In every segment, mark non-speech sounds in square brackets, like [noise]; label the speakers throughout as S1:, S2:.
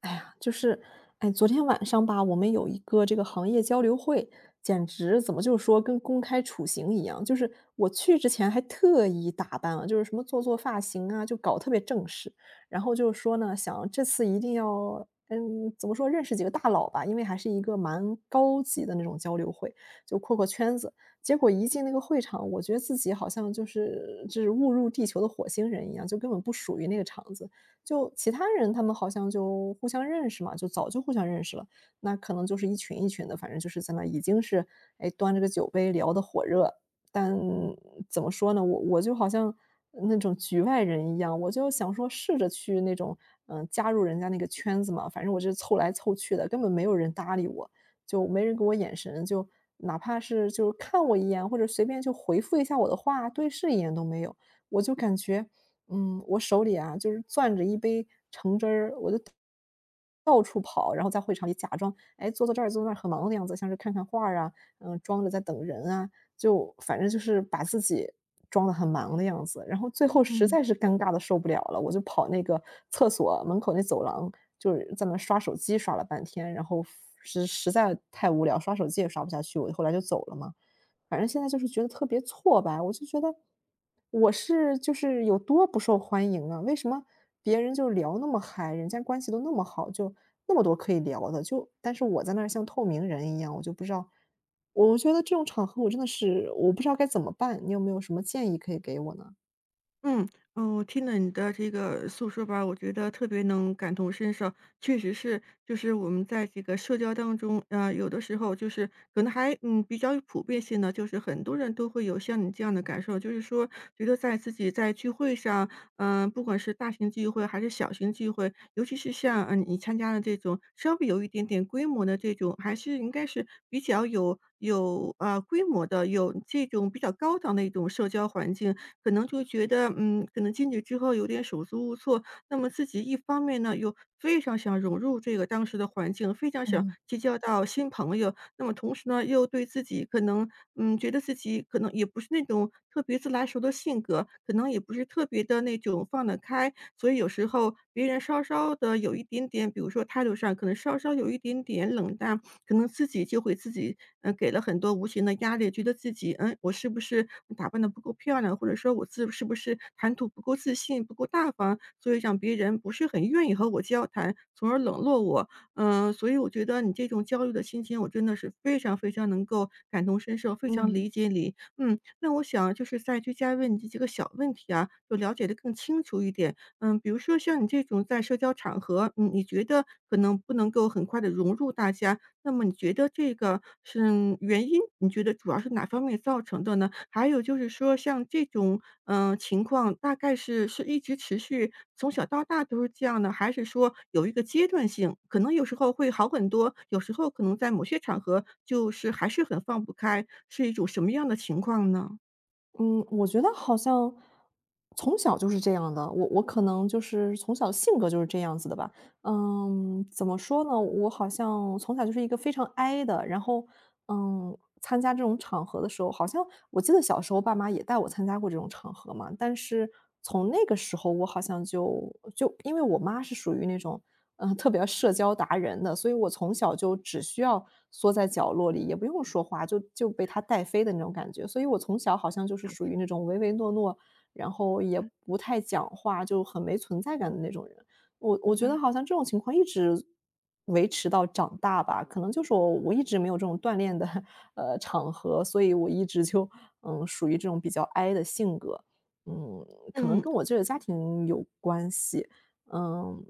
S1: 哎呀，就是，哎，昨天晚上吧，我们有一个这个行业交流会，简直怎么就说跟公开处刑一样。就是我去之前还特意打扮了，就是什么做做发型啊，就搞特别正式。然后就是说呢，想这次一定要，怎么说认识几个大佬吧，因为还是一个蛮高级的那种交流会，就扩扩圈子。结果一进那个会场，我觉得自己好像就是误入地球的火星人一样，就根本不属于那个场子。就其他人他们好像就互相认识嘛，就早就互相认识了，那可能就是一群一群的，反正就是在那已经是，哎，端着个酒杯聊得火热。但怎么说呢，我就好像那种局外人一样，我就想说试着去那种，加入人家那个圈子嘛，反正我这凑来凑去的，根本没有人搭理我，就没人给我眼神，就哪怕是就是看我一眼，或者随便就回复一下我的话，对视一眼都没有。我就感觉我手里啊，就是攥着一杯橙汁儿，我就到处跑，然后在会场里假装，哎，坐坐这儿，坐那儿，很忙的样子，像是看看画儿啊，装着在等人啊，就反正就是把自己装得很忙的样子。然后最后实
S2: 嗯
S1: 在是尴尬的受不了了，我就跑那个厕所门口那走廊，就是在那刷手机刷了半天，然后实在太无聊，刷手机也刷不下去，我就后来就走了嘛。反正现在就是觉得特别挫败，我就觉得我是就是有多不受欢迎啊？为什么别人就聊那么嗨，人家关系都那么好，就那么多可以聊的，就但是我在那儿像透明人一样，我就不知道，我觉得这种场合我真的是我不知道该怎么办，你有没有什么建议可以给我呢？
S2: 嗯，哦，我听了你的这个诉说吧，我觉得特别能感同身受。确实是，就是我们在这个社交当中，有的时候就是可能还比较有普遍性的，就是很多人都会有像你这样的感受，就是说觉得在自己在聚会上，不管是大型聚会还是小型聚会，尤其是像你参加的这种稍微有一点点规模的这种，还是应该是比较有规模的，有这种比较高档的一种社交环境。可能就觉得，可能进去之后有点手足无措。那么自己一方面呢，又非常想融入这个当时的环境，非常想
S1: 嗯
S2: 结交到新朋友。那么同时呢，又对自己可能，觉得自己可能也不是那种特别自来熟的性格，可能也不是特别的那种放得开。所以有时候别人稍稍的有一点点，比如说态度上可能稍稍有一点点冷淡，可能自己就会自己，给了很多无形的压力，觉得自己，我是不是打扮的不够漂亮，或者说我自是不是谈吐不够自信、不够大方，所以让别人不是很愿意和我交谈，从而冷落我。所以我觉得你这种焦虑的心情，我真的是非常非常能够感同身受，非常
S1: 嗯
S2: 理解你。嗯，那我想就是再追加问你这几个小问题啊，就了解的更清楚一点，比如说像你这种在社交场合，你觉得可能不能够很快的融入大家，那么你觉得这个是原因，你觉得主要是哪方面造成的呢？还有就是说像这种，情况大概是一直持续，从小到大都是这样的，还是说有一个阶段性，可能有时候会好很多，有时候可能在某些场合就是还是很放不开，是一种什么样的情况呢？
S1: 嗯，我觉得好像从小就是这样的，我可能就是从小性格就是这样子的吧。怎么说呢？我好像从小就是一个非常 I 的，然后，参加这种场合的时候，好像我记得小时候爸妈也带我参加过这种场合嘛，但是从那个时候我好像就因为我妈是属于那种，特别社交达人的，所以我从小就只需要缩在角落里，也不用说话，就被她带飞的那种感觉，所以我从小好像就是属于那种唯唯诺诺，然后也
S2: 嗯
S1: 不太讲话，就很没存在感的那种人。我觉得
S2: 嗯。
S1: 好像这种情况一直维持到长大吧，可能就是我一直没有这种锻炼的 [laughs]，场合，所以我一直就，属于这种比较 I 的性格。嗯，可能
S2: 嗯，
S1: 跟我这个家庭有关系，嗯，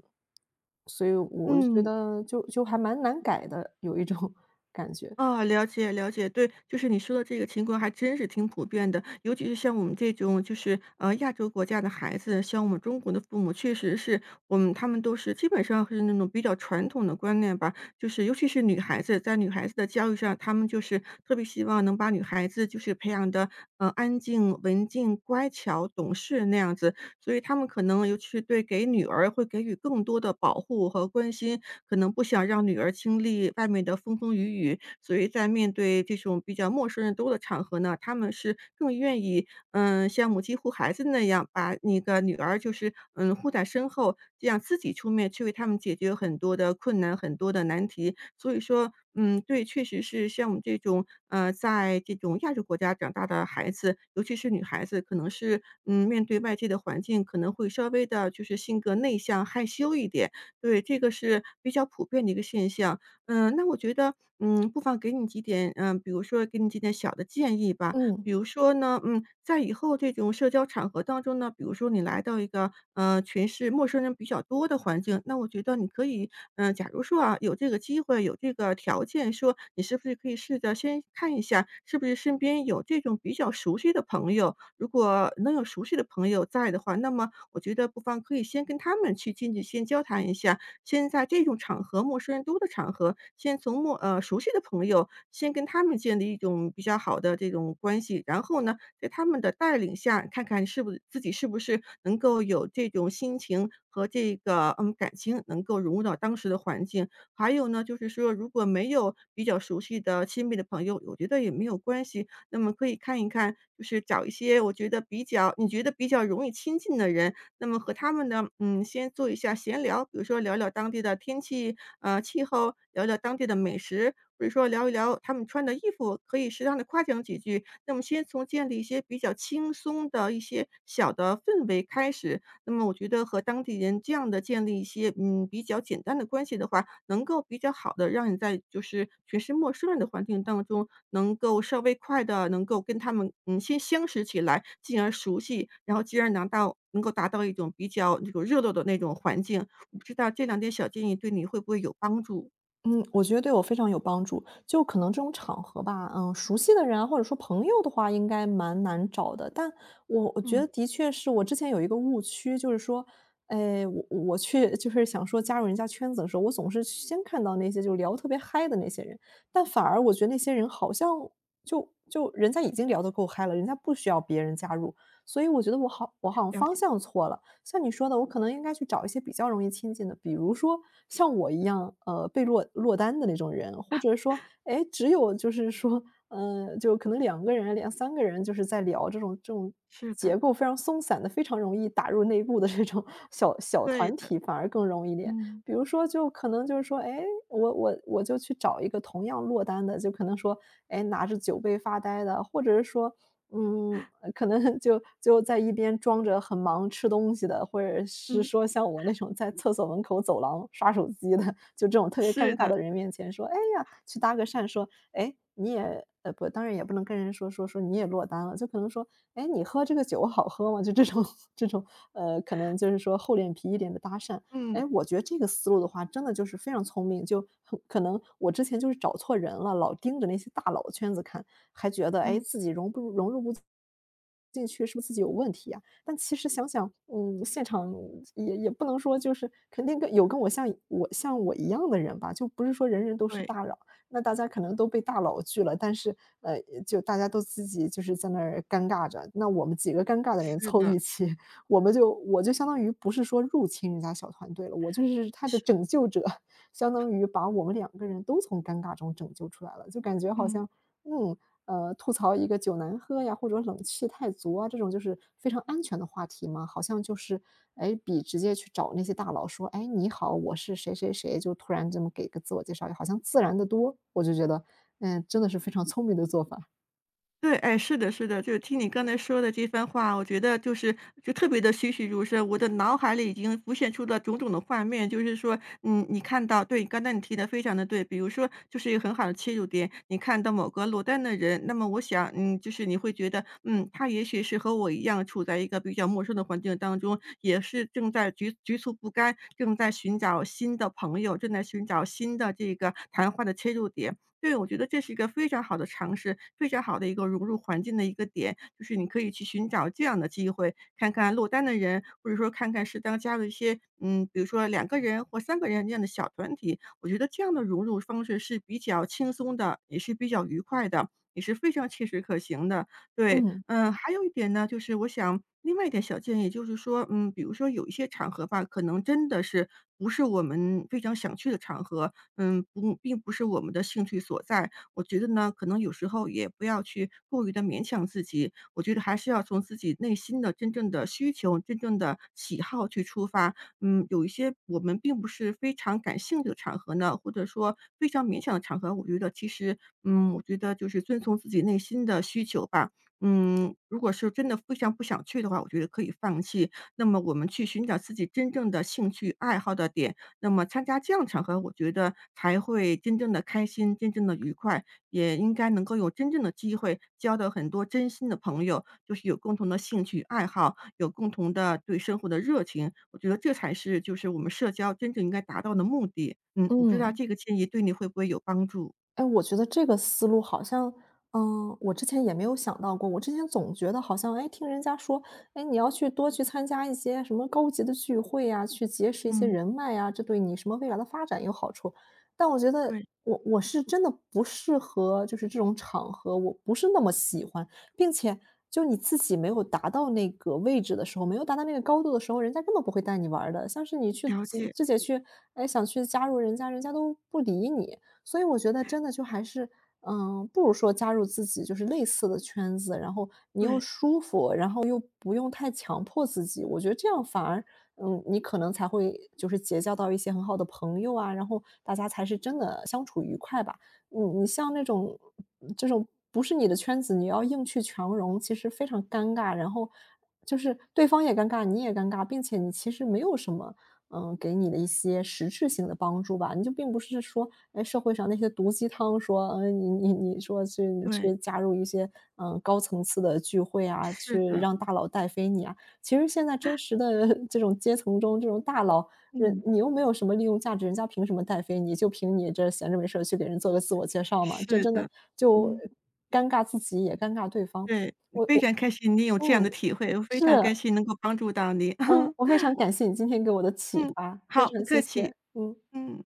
S1: 所以我觉
S2: 嗯。
S1: 得就还蛮难改的，有一种 [laughs]
S2: 啊，了解了解，对，就是你说的这个情况还真是挺普遍的，尤其是像我们这种就是亚洲国家的孩子，像我们中国的父母，确实是我们他们都是基本上是那种比较传统的观念吧，就是尤其是女孩子，在女孩子的教育上，他们就是特别希望能把女孩子就是培养的安静、文静、乖巧、懂事那样子，所以他们可能尤其是对给女儿会给予更多的保护和关心，可能不想让女儿经历外面的风风雨雨，所以在面对这种比较陌生人多的场合呢，他们是更愿意，像母鸡护孩子那样，把那个女儿就是，护在身后，这样自己出面去为他们解决很多的困难、很多的难题。所以说，对，确实是像我们这种，在这种亚洲国家长大的孩子，尤其是女孩子，可能是，面对外界的环境，可能会稍微的，就是性格内向、害羞一点，对，这个是比较普遍的一个现象。那我觉得，不妨给你几点，比如说给你几点小的建议吧。
S1: 嗯。
S2: 比如说呢，在以后这种社交场合当中呢，比如说你来到一个，全是陌生人比较多的环境，那我觉得你可以，假如说啊，有这个机会，有这个条件，说你是不是可以试着先看一下，是不是身边有这种比较熟悉的朋友。如果能有熟悉的朋友在的话，那么我觉得不妨可以先跟他们去进去先交谈一下，先在这种场合，陌生人多的场合，先从陌呃，熟悉的朋友，先跟他们建立一种比较好的这种关系。然后呢，在他们的带领下，看看是不是自己是不是能够有这种心情和这个，感情能够融入到当时的环境。还有呢，就是说如果没有比较熟悉的亲密的朋友，我觉得也没有关系，那么可以看一看，就是找一些我觉得比较你觉得比较容易亲近的人，那么和他们呢，先做一下闲聊，比如说聊聊当地的天气，气候，聊聊当地的美食，或者说聊一聊他们穿的衣服，可以适当的夸奖几句。那么先从建立一些比较轻松的一些小的氛围开始，那么我觉得和当地人这样的建立一些，比较简单的关系的话，能够比较好的让你在就是全是陌生人的环境当中，能够稍微快的能够跟他们，先相识起来，进而熟悉，然后进而拿到能够达到一种比较那种热络的那种环境。我不知道这两点小建议对你会不会有帮助？
S1: 嗯，我觉得对我非常有帮助。就可能这种场合吧，熟悉的人啊，或者说朋友的话，应该蛮难找的。但我觉
S2: 嗯，
S1: 得的确是我之前有一个误区，就是说，哎，我去 [laughs] 就是想说加入人家圈子的时候，我总是先看到那些就聊特别嗨的那些人，但反而我觉得那些人好像就人家已经聊得够嗨了，人家不需要别人加入，所以我觉得我好像
S2: 了
S1: 方
S2: 解，
S1: 向错了。像你说的，我可能应该去找一些比较容易亲近的，比如说像我一样，被落单的那种人，或者说，哎，只有就是说，就可能两个人、两三个人，就是在聊这种
S2: 是的，
S1: 结构非常松散的，非常容易打入内部的这种 [laughs] 小小
S2: 对
S1: 团
S2: 的，
S1: 体，反而更容易一点。
S2: 嗯。
S1: 比如说，就可能就是说，哎，我就去找一个同样落单的，就可能说，哎，拿着酒杯发呆的，或者是说，嗯，可能就在一边装着很忙吃东西的，或者是
S2: 嗯，
S1: 说像我那种在厕所门口走廊刷手机的，就这种特别
S2: 是
S1: 尴尬
S2: 的，
S1: 的人面前说：“哎呀，去搭个讪。”说：“哎，你也不，当然也不能跟人说你也落单了，就可能说，哎，你喝这个酒好喝吗？就这种 [laughs] 这种，可能就是说厚脸皮一点的搭讪。
S2: 嗯嗯。
S1: 哎，我觉得这个思路的话，真的就是非常聪明，就很可能我之前就是找错人了，老盯着那些大佬的圈子看，还觉得哎
S2: 嗯，
S1: 自己融不融入不进去，是不是自己有问题呀？但其实想想，现场也不能说就是肯定跟我像我一样的人吧，就不是说人人都是
S2: 对，
S1: 大佬，那大家可能都被大佬拒了，但是呃，就大家都自己就是在那儿尴尬着，那我们几个尴尬的人
S2: 是
S1: 凑
S2: 的，
S1: 一起，我就相当于不是说入侵人家小团队了，我就是他的
S2: 是。
S1: 拯救者，相当于把我们两个人都从尴尬中拯救出来了。就感觉好
S2: 嗯。
S1: 像，嗯，吐槽一个酒难喝呀，或者冷气太足啊，这种就是非常安全的话题嘛，好像就是，哎，比直接去找那些大佬说，哎，你好，我是谁谁谁，就突然这么给个自我介绍，好像自然的多。我就觉得，真的是非常聪明的做法，
S2: 对，哎，是的，是的，就是听你刚才说的这番话，我觉得就是就特别的栩栩如生，我的脑海里已经浮现出了种种的画面。就是说，你看到对，刚才你提的非常的对，比如说就是一个很好的切入点，你看到某个落单的人，那么我想，就是你会觉得，他也许是和我一样处在一个比较陌生的环境当中，也是正在局促不甘，正在寻找新的朋友，正在寻找新的这个谈话的切入点。对，我觉得这是一个非常好的尝试，非常好的一个融入环境的一个点，就是你可以去寻找这样的机会，看看落单的人，或者说看看适当加入一些，比如说两个人或三个人这样的小团体，我觉得这样的融入方式是比较轻松的，也是比较愉快的，也是非常切实可行的。对，
S1: 嗯。
S2: 还有一点呢，就是我想另外一点小建议，就是说，比如说有一些场合吧，可能真的是不是我们非常想去的场合，不并不是我们的兴趣所在。我觉得呢，可能有时候也不要去过于的勉强自己，我觉得还是要从自己内心的真正的需求、真正的喜好去出发。有一些我们并不是非常感兴趣的场合呢，或者说非常勉强的场合，我觉得其实我觉得就是遵从自己内心的需求吧。如果是真的非常不想去的话，我觉得可以放弃。那么我们去寻找自己真正的兴趣爱好的点，那么参加这样场合，我觉得才会真正的开心、真正的愉快，也应该能够有真正的机会交到很多真心的朋友，就是有共同的兴趣爱好，有共同的对生活的热情。我觉得这才是就是我们社交真正应该达到的目的。嗯，我不知道
S1: 嗯。
S2: 这个建议对你会不会有帮助？
S1: 哎，我觉得这个思路好像，我之前也没有想到过。我之前总觉得好像，哎，听人家说，哎，你要去多去参加一些什么高级的聚会呀，去结识一些
S2: 嗯，
S1: 人脉呀，这对你什么未来的发展有好处。但我觉得
S2: 对，
S1: 我是真的不适合，就是这种场合，我不是那么喜欢，并且就你自己没有达到那个位置的时候，没有达到那个高度的时候，人家根本不会带你玩儿的。像是你去
S2: 了
S1: 自
S2: 解，
S1: 自己去，哎，想去加入人家，人家都不理你。所以我觉得真的就还是，不如说加入自己就是类似的圈子，然后你又
S2: 对
S1: 舒服，然后又不用太强迫自己。我觉得这样反而，你可能才会就是结交到一些很好的朋友啊，然后大家才是真的相处愉快吧。你像那种这种不是你的圈子，你要硬去强融，其实非常尴尬，然后就是对方也尴尬，你也尴尬，并且你其实没有什么给你的一些实质性的帮助吧。你就并不是说，哎，社会上那些毒鸡汤说，你你你说去你
S2: 对，
S1: 去加入一些，高层次的聚会啊，
S2: 是
S1: 去
S2: 的。
S1: 让大佬带飞你啊。其实现在真实的 [laughs] 这种阶层中，这种大佬，人
S2: 嗯，
S1: 你又没有什么利用价值，人家凭什么带飞你？就凭你这闲着没事儿去给人做个自我介绍嘛，这
S2: 是
S1: 真的
S2: 的，
S1: 就
S2: 嗯。
S1: 尴尬自己也尴尬对方。
S2: 对，
S1: 我
S2: 非
S1: 我
S2: 常开心你有这样的
S1: 嗯，
S2: 体会，我非
S1: 是，
S2: 常开心能够帮助到你。
S1: 嗯，
S2: [laughs]
S1: 我非常感谢你今天给我的启
S2: 嗯，
S1: 发，非
S2: 好，不
S1: 常谢
S2: 客
S1: 谢，
S2: 气，
S1: 嗯。
S2: 嗯。